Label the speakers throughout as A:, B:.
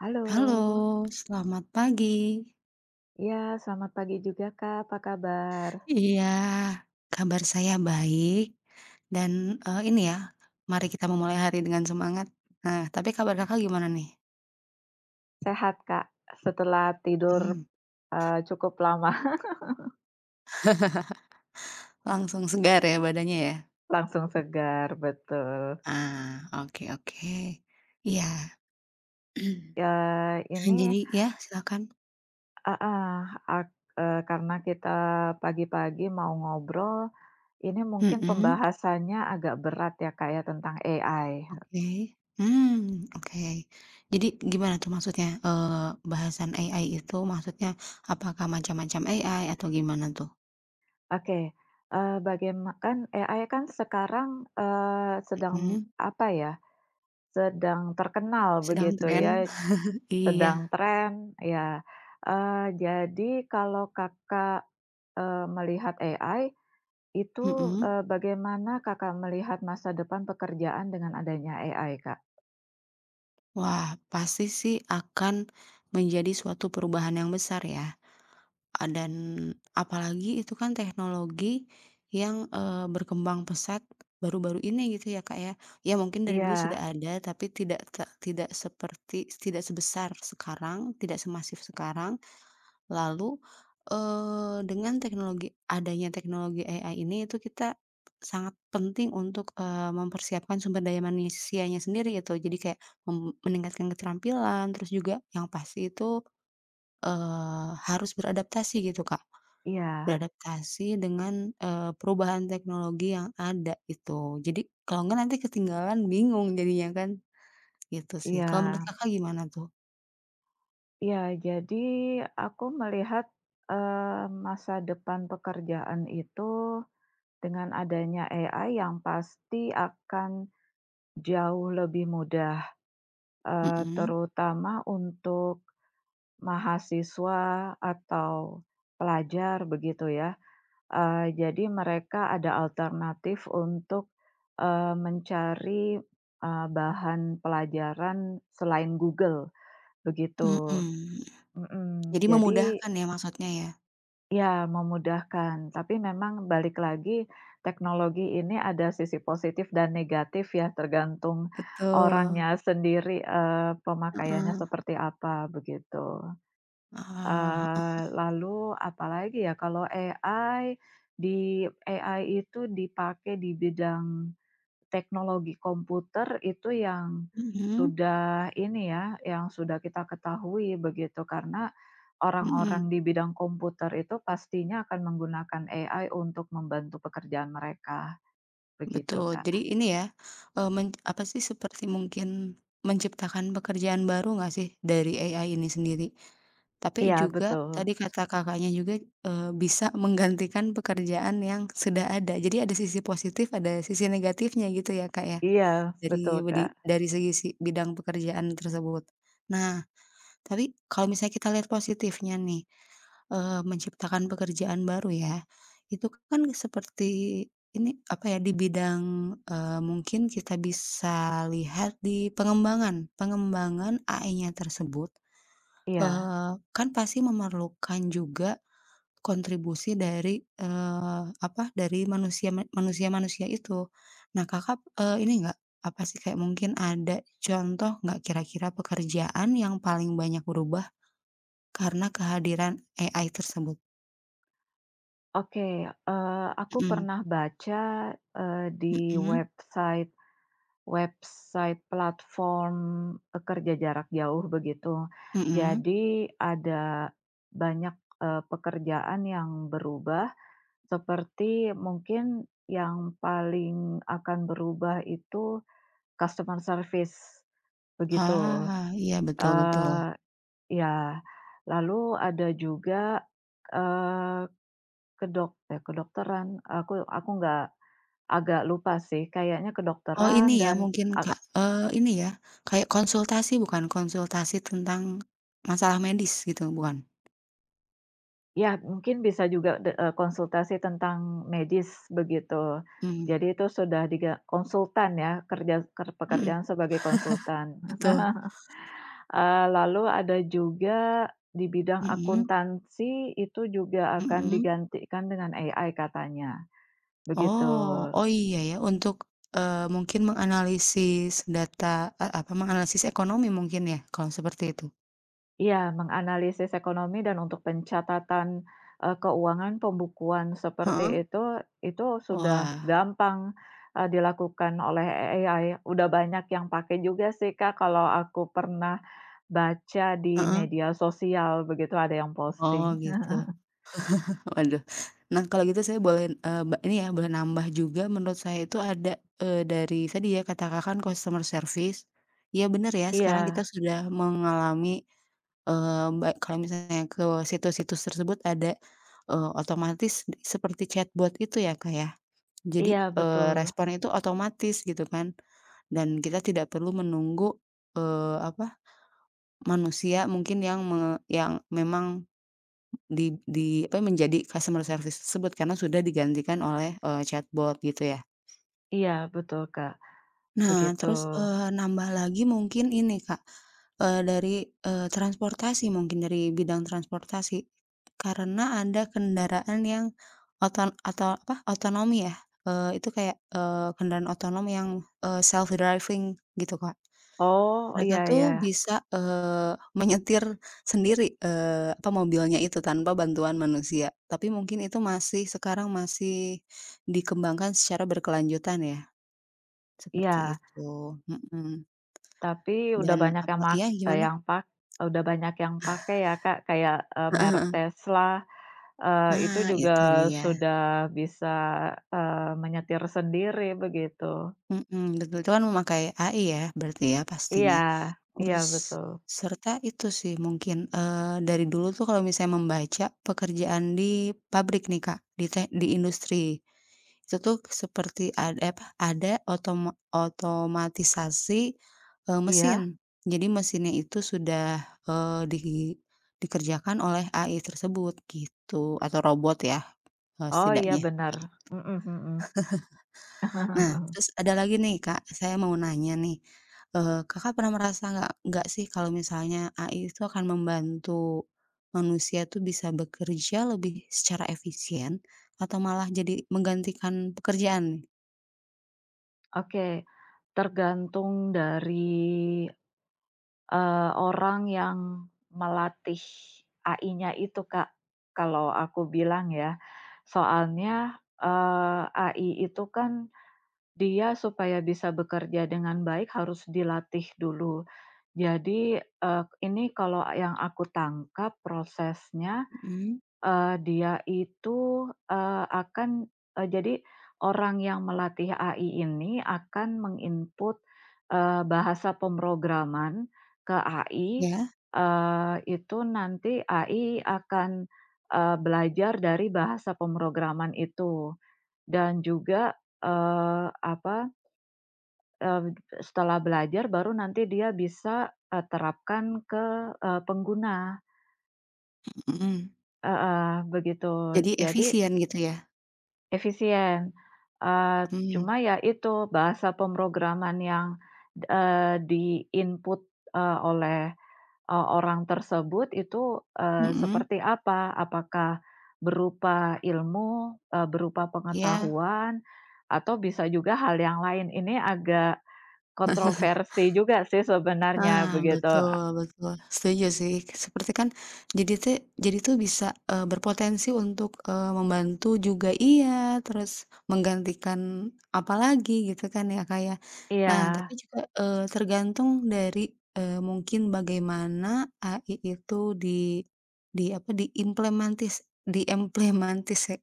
A: Halo,
B: Halo, selamat pagi.
A: ya selamat pagi juga Kak, apa kabar?
B: Iya, kabar saya baik dan, ini ya, mari kita memulai hari dengan semangat. Nah, tapi kabar Kakak gimana nih?
A: Sehat Kak? Setelah tidur,
B: Mmm,
A: cukup lama,
B: langsung segar ya badannya ya?
A: langsung segar, betul.
B: Ah, oke oke. Iya.
A: Ya, ini,
B: Jadi ya, silakan.
A: heeh, ak karena kita pagi-pagi mau ngobrol, ini mungkin
B: Mhm,
A: pembahasannya agak berat ya Kak ya tentang AI.
B: oke. Hmm, oke. Jadi gimana tuh maksudnya, bahasan AI itu maksudnya apakah macam-macam AI atau gimana tuh?
A: Oke, bagaiman kan AI kan sekarang, sedang
B: Mhm.
A: apa ya, sedang terkenal
B: Sedang
A: begitu
B: tren,
A: ya.
B: iya,
A: Sedang tren, ya. Jadi kalau Kakak, melihat AI itu,
B: mhm.
A: bagaimana Kakak melihat masa depan pekerjaan dengan adanya AI, Kak?
B: Wah, pasti sih akan menjadi suatu perubahan yang besar ya, dan apalagi itu kan teknologi yang berkembang pesat baru-baru ini gitu ya, Kak, ya. Ya mungkin dari dulu
A: Iya,
B: sudah ada tapi tidak seperti tidak sebesar sekarang, tidak semasif sekarang. Lalu, dengan adanya teknologi AI ini itu kita sangat penting untuk mempersiapkan sumber daya manusianya sendiri itu. Jadi kayak meningkatkan keterampilan, terus juga yang pasti itu, harus beradaptasi gitu, Kak.
A: iya,
B: Beradaptasi dengan perubahan teknologi yang ada itu. Jadi kalau enggak nanti ketinggalan bingung jadinya kan, gitu sih.
A: iya,
B: Kalau menurut Kakak gimana tuh?
A: iya. Jadi aku melihat, masa depan pekerjaan itu dengan adanya AI yang pasti akan jauh lebih mudah,
B: Mhm,
A: terutama untuk mahasiswa atau pelajar begitu ya. Jadi mereka ada alternatif untuk, mencari, bahan pelajaran selain Google begitu.
B: mhm.
A: Mhm,
B: Jadi
A: jadi
B: memudahkan ya maksudnya ya?
A: ya memudahkan, tapi memang balik lagi teknologi ini ada sisi positif dan negatif ya, tergantung
B: Betul,
A: orangnya sendiri, pemakaiannya
B: heeh,
A: seperti apa begitu.
B: ah,
A: Lalu apalagi ya, kalau AI itu dipakai di bidang teknologi komputer itu yang
B: heeh, mhm,
A: sudah ini ya, yang sudah kita ketahui begitu, karena
B: mhm,
A: orang-orang di bidang komputer itu pastinya akan menggunakan AI untuk membantu pekerjaan mereka, begitu,
B: betul.
A: Kak.
B: Jadi ini ya, eee, men apa sih, seperti mungkin menciptakan pekerjaan baru nggak sih dari AI ini sendiri? Tapi
A: Iya
B: juga
A: betul,
B: tadi kata Kakaknya juga, bisa menggantikan pekerjaan yang sudah ada. Jadi ada sisi positif, ada sisi negatifnya gitu ya, Kak, ya,
A: iya betul,
B: dari bedi
A: Kak.
B: dari segi bidang pekerjaan tersebut. Nah, tapi kalau misalnya kita lihat positifnya nih, menciptakan pekerjaan baru ya, itu kan seperti ini, apa ya, di bidang, mungkin kita bisa lihat di pengembangan. Pengembangan AI-nya tersebut,
A: Iya.
B: eee, kan pasti memerlukan juga kontribusi dari dari manusia-manusia itu. Nah Kakak, ini enggak, apa sih, kayak mungkin ada contoh nggak kira-kira pekerjaan yang paling banyak berubah karena kehadiran AI tersebut.
A: Oke, aku
B: Mhm,
A: pernah baca, di
B: mhm,
A: website Website platform, kerja jarak jauh begitu.
B: mhm.
A: Jadi ada banyak, pekerjaan yang berubah, seperti mungkin yang paling akan berubah itu customer service, begitu.
B: Ah, iya betul betul.
A: Eee, Ya, lalu ada juga, eee, kedokteran, aku nggak agak lupa sih, kayaknya
B: Oh ini
A: kedokteran
B: ya
A: dan...
B: mungkin Kak, ini ya, kayak konsultasi bukan? Konsultasi tentang masalah medis gitu bukan?
A: Ya, mungkin bisa juga konsultasi tentang medis begitu.
B: Mmm,
A: Jadi itu sudah diga konsultan ya, kerja ker
B: mhm,
A: pekerjaan sebagai konsultan.
B: betul,
A: Lalu ada juga di bidang
B: mhm,
A: akuntansi itu juga akan
B: mhm.
A: digantikan dengan AI katanya, begitu.
B: Oh, oh iya ya untuk, mungkin menganalisis data e apa, menganalisis ekonomi mungkin ya kalau seperti itu?
A: Iya, menganalisis ekonomi dan untuk pencatatan, keuangan, pembukuan seperti
B: Heeh?
A: itu sudah
B: Wah,
A: gampang, dilakukan oleh AI. Udah banyak yang pakai juga sih, Kak, kalau aku pernah baca di
B: heeh,
A: media sosial begitu, ada yang posting.
B: oh gitu. Waduh. Nah, kalau gitu saya boleh, eee, ba ini ya, boleh nambah juga menurut saya itu ada, dari tadi ya kata Kakak kan customer service, iya benar ya sekarang kita
A: Iya,
B: sudah mengalami, eee, ba kalau misalnya ke situs-situs tersebut ada, otomatis seperti chatbot itu ya, Kak, ya. Jadi,
A: iya,
B: eee,
A: betul.
B: respon itu otomatis gitu kan dan kita tidak perlu menunggu, eee, apa, manusia mungkin yang yang memang di apa, menjadi customer service tersebut karena sudah digantikan oleh chatbot gitu ya.
A: Iya, betul, Kak,
B: Nah
A: begitu.
B: terus, nambah lagi mungkin ini Kak, dari transportasi mungkin dari bidang transportasi. Karena ada kendaraan yang otonomi ya, itu kayak kendaraan otonom yang self driving gitu Kak.
A: Oh,
B: Mereka
A: iya,
B: tuh
A: iya.
B: bisa menyetir sendiri, mobilnya itu tanpa bantuan manusia. Tapi mungkin itu masih sekarang masih dikembangkan secara berkelanjutan ya, seperti
A: Iya.
B: itu, mhm,
A: Tapi udah
B: dan
A: banyak
B: apa
A: yang mak
B: iya
A: eee,
B: gimana?
A: yang pak udah banyak yang pakai ya, Kak, kayak,
B: Heeh
A: merek
B: heeh.
A: Tesla, itu
B: Nah,
A: juga
B: itu dia,
A: sudah bisa, menyetir sendiri begitu.
B: mhm, betul, itu kan memakai AI ya berarti ya pastinya.
A: Iya, iya
B: Terus
A: betul.
B: serta itu sih mungkin, dari dulu tuh kalau misalnya membaca pekerjaan di pabrik nih Kak, di industri. Itu tuh seperti ada otomatisasi,
A: Iya?
B: mesin. Jadi mesinnya itu sudah, eee, di dikerjakan oleh AI tersebut gitu, atau robot ya,
A: Oh iya,
B: setidaknya.
A: bener. Mhm, mhm.
B: Nah, terus ada lagi nih, Kak, saya mau nanya nih, Kakak pernah merasa nggak sih kalau misalnya AI itu akan membantu manusia tuh bisa bekerja lebih secara efisien atau malah jadi menggantikan pekerjaan nih?
A: Oke, tergantung dari orang yang melatih AI-nya itu, Kak, kalau aku bilang ya. Soalnya, AI itu kan dia supaya bisa bekerja dengan baik harus dilatih dulu. Jadi, ini kalau yang aku tangkap prosesnya,
B: Mhm,
A: Dia itu, jadi orang yang melatih AI ini akan menginput bahasa pemrograman ke AI,
B: ya?
A: itu nanti AI akan, belajar dari bahasa pemrograman itu, dan juga, eee, apa, eee, setelah belajar baru nanti dia bisa, terapkan ke, pengguna.
B: Mhm.
A: Heeh, begitu.
B: Jadi
A: Jadi
B: efisien gitu ya?
A: efisien, eee,
B: Mhm,
A: cuma ya itu bahasa pemrograman yang, di-input, eh, oleh, orang tersebut itu,
B: mhm.
A: seperti apa? Apakah berupa ilmu, berupa
B: Iya.
A: pengetahuan, atau bisa juga hal yang lain? Ini agak kontroversi juga sih sebenarnya
B: Ah,
A: begitu.
B: betul betul. Setuju sih. Seperti kan jadi tuh jadi tuh bisa, berpotensi untuk membantu juga iya, terus menggantikan apa lagi gitu kan ya, kayak
A: Iya,
B: Nah, tapi juga, tergantung dari, mungkin bagaimana AI itu di di apa, diimplementis diimplementis ya,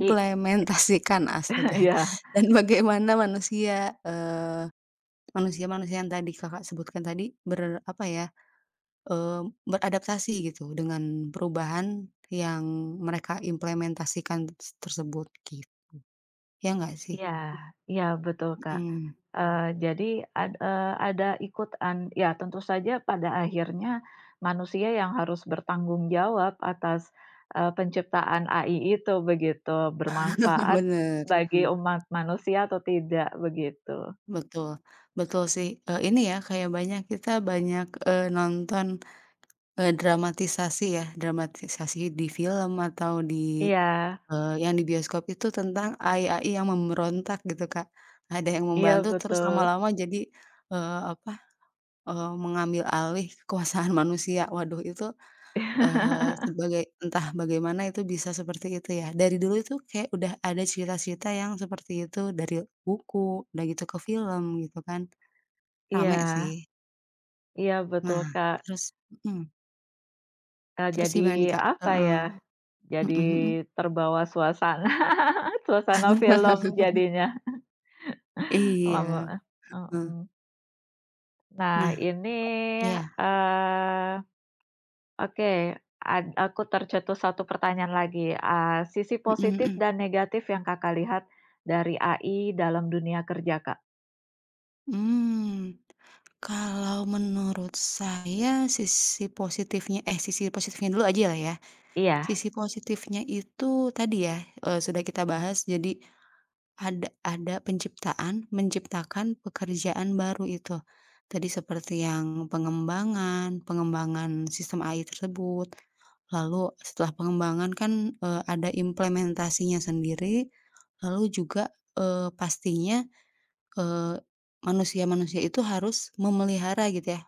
A: i
B: astaga,
A: iya.
B: dan bagaimana manusia, Manusia-manusia yang tadi Kakak sebutkan tadi ber apa ya, eee, beradaptasi gitu dengan perubahan yang mereka implementasikan s tersebut git ya nggak sih?
A: Iya, iya betul, Kak.
B: Mhm.
A: Jadi ada ikutan ya, tentu saja pada akhirnya manusia yang harus bertanggung jawab atas, penciptaan AI itu begitu, bermanfaat
B: Bener,
A: bagi umat manusia atau tidak begitu.
B: betul, betul sih, ini ya kayak banyak kita banyak, nonton, dramatisasi ya, dramatisasi di film atau di,
A: Iya,
B: yang di bioskop itu tentang AI-AI yang memberontak gitu, Kak. Ada yang
A: iya
B: membantu terus
A: betul.
B: lama-lama jadi, eee, apa mengambil alih kekuasaan manusia. Waduh itu, sebagai entah bagaimana itu bisa seperti itu ya. Dari dulu itu kayak udah ada cerita-cerita yang seperti itu dari buku, udah gitu ke film gitu kan, rame
A: Iya,
B: sih.
A: iya betul,
B: Nah
A: Kak.
B: terus mhm, terus
A: Jadi
B: gimana nih Kak?
A: apa
B: Heeh,
A: ya, jadi
B: mhm mhm.
A: terbawa suasana, suasana film jadinya.
B: Iya,
A: Lama,
B: heeh.
A: mhm. Nah
B: Nah
A: ini,
B: iya,
A: eee, oke, aku tercetus satu pertanyaan lagi, sisi
B: mhm
A: positif
B: mhm.
A: dan negatif yang Kakak lihat dari AI dalam dunia kerja, Kak?
B: Mmm, kalau menurut saya sisi positifnya eh, sisi positifnya dulu aja lah ya.
A: Iya,
B: Sisi positifnya itu tadi ya, sudah kita bahas jadi ada penciptaan menciptakan pekerjaan baru itu. Tadi seperti yang pengembangan pengembangan sistem AI tersebut, lalu setelah pengembangan kan, ada implementasinya sendiri, lalu juga, pastinya, eee, manusia-manusia itu harus memelihara gitu ya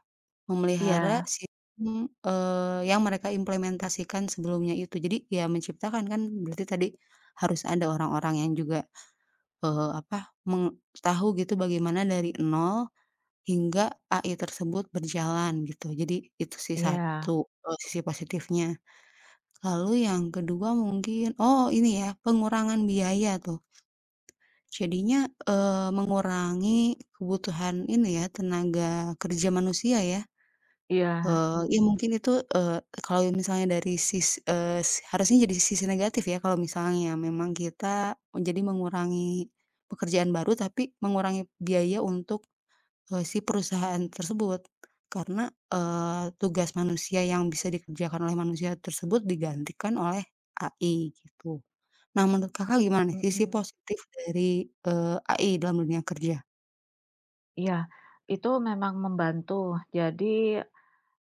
B: Memelihara
A: iya,
B: sistem, yang mereka implementasikan sebelumnya itu. Jadi ya menciptakan kan berarti tadi harus ada orang-orang yang juga, eee, apa, meng tahu gitu bagaimana dari nol hingga AI tersebut berjalan gitu. Jadi itu sih
A: iya,
B: satu, sisi positifnya. Lalu yang kedua mungkin oh ini ya, pengurangan biaya tuh. Jadinya, mengurangi kebutuhan ini ya, tenaga kerja manusia ya.
A: iya,
B: Ya mungkin itu, kalau misalnya dari harusnya jadi sisi negatif ya kalau misalnya memang kita menjadi mengurangi pekerjaan baru, tapi mengurangi biaya untuk, si perusahaan tersebut. Karena, tugas manusia yang bisa dikerjakan oleh manusia tersebut digantikan oleh AI gitu. Nah menurut Kakak gimana nih sisi
A: mhm,
B: positif dari, AI dalam dunia kerja?
A: iya. Itu memang membantu. Jadi,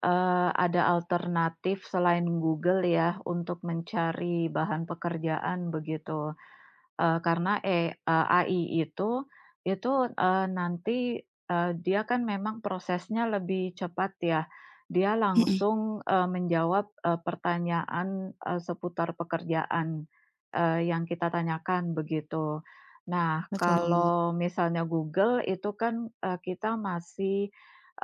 A: ada alternatif selain Google ya untuk mencari bahan pekerjaan begitu. Eee, karena e eee, AI itu, nanti, dia kan memang prosesnya lebih cepat ya. Dia
B: Mhm,
A: langsung, menjawab, pertanyaan, seputar pekerjaan, yang kita tanyakan begitu. Nah,
B: betul,
A: kalau misalnya Google itu kan, kita masih,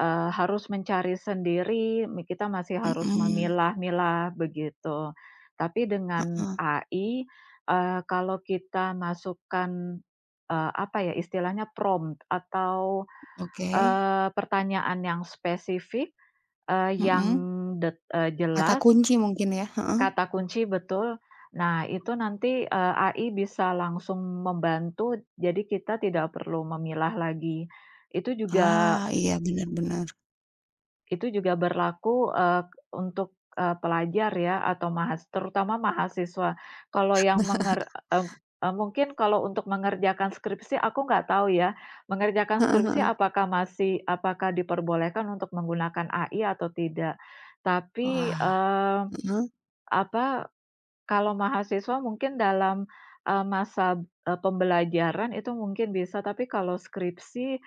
A: harus mencari sendiri, kita masih harus
B: mhm,
A: memilah-milah begitu. Tapi dengan
B: heeh,
A: AI, kalau kita masukkan, apa ya, istilahnya prompt atau,
B: oke,
A: pertanyaan yang spesifik, eee, yang
B: mhm.
A: det eee,
B: Kata
A: jelas,
B: kunci mungkin ya? Heeh.
A: kata kunci betul. Nah, itu nanti, AI bisa langsung membantu, jadi kita tidak perlu memilah lagi. Itu juga,
B: Ah, iya benar-benar
A: itu juga berlaku, untuk, pelajar ya, atau terutama mahasiswa. Kalau yang mungkin kalau untuk mengerjakan skripsi aku nggak tahu ya, mengerjakan
B: Heeh
A: skripsi
B: heeh.
A: apakah diperbolehkan untuk menggunakan AI atau tidak. Tapi,
B: Wah, heeh,
A: apa, kalau mahasiswa mungkin dalam, masa, pembelajaran itu mungkin bisa, tapi kalau skripsi,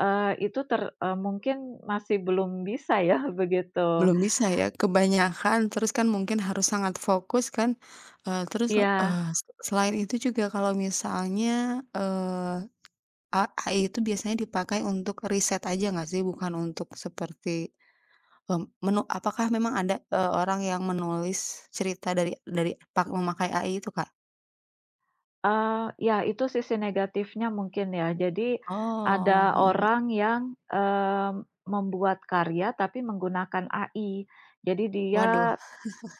A: Eee, itu ter eee, mungkin masih belum bisa ya, begitu.
B: belum bisa ya, kebanyakan, terus kan mungkin harus sangat fokus kan, eee, terus,
A: Iya,
B: eee, selain itu juga kalau misalnya, eee, a AI itu biasanya dipakai untuk riset aja nggak sih? Bukan untuk seperti, mmm, menu apakah memang ada, orang yang menulis cerita dari pak memakai AI itu, Kak?
A: ya itu sisi negatifnya mungkin ya. Jadi
B: Oh,
A: ada
B: mhm mhm.
A: orang yang, eee, membuat karya tapi menggunakan AI. Jadi
B: Waduh,
A: dia,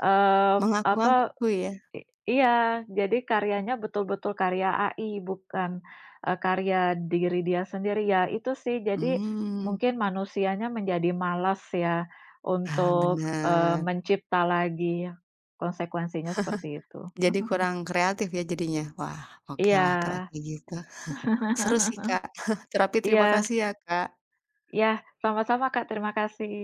A: eee, apa
B: mengaku-ngaku ya?
A: I iya, jadi karyanya betul-betul karya AI, bukan, karya diri dia sendiri ya. Itu sih, jadi
B: Mmm.
A: mungkin manusianya menjadi malas ya
B: Ah,
A: untuk,
B: bener.
A: mencipta lagi, konsekuensinya seperti itu.
B: Jadi kurang kreatif ya jadinya? Wah, oke lah
A: Iya.
B: kalau kayak gitu. Seru sih, Kak. Terapi terima
A: Iya,
B: kasih ya, Kak.
A: iya, sama-sama Kak, terima kasih.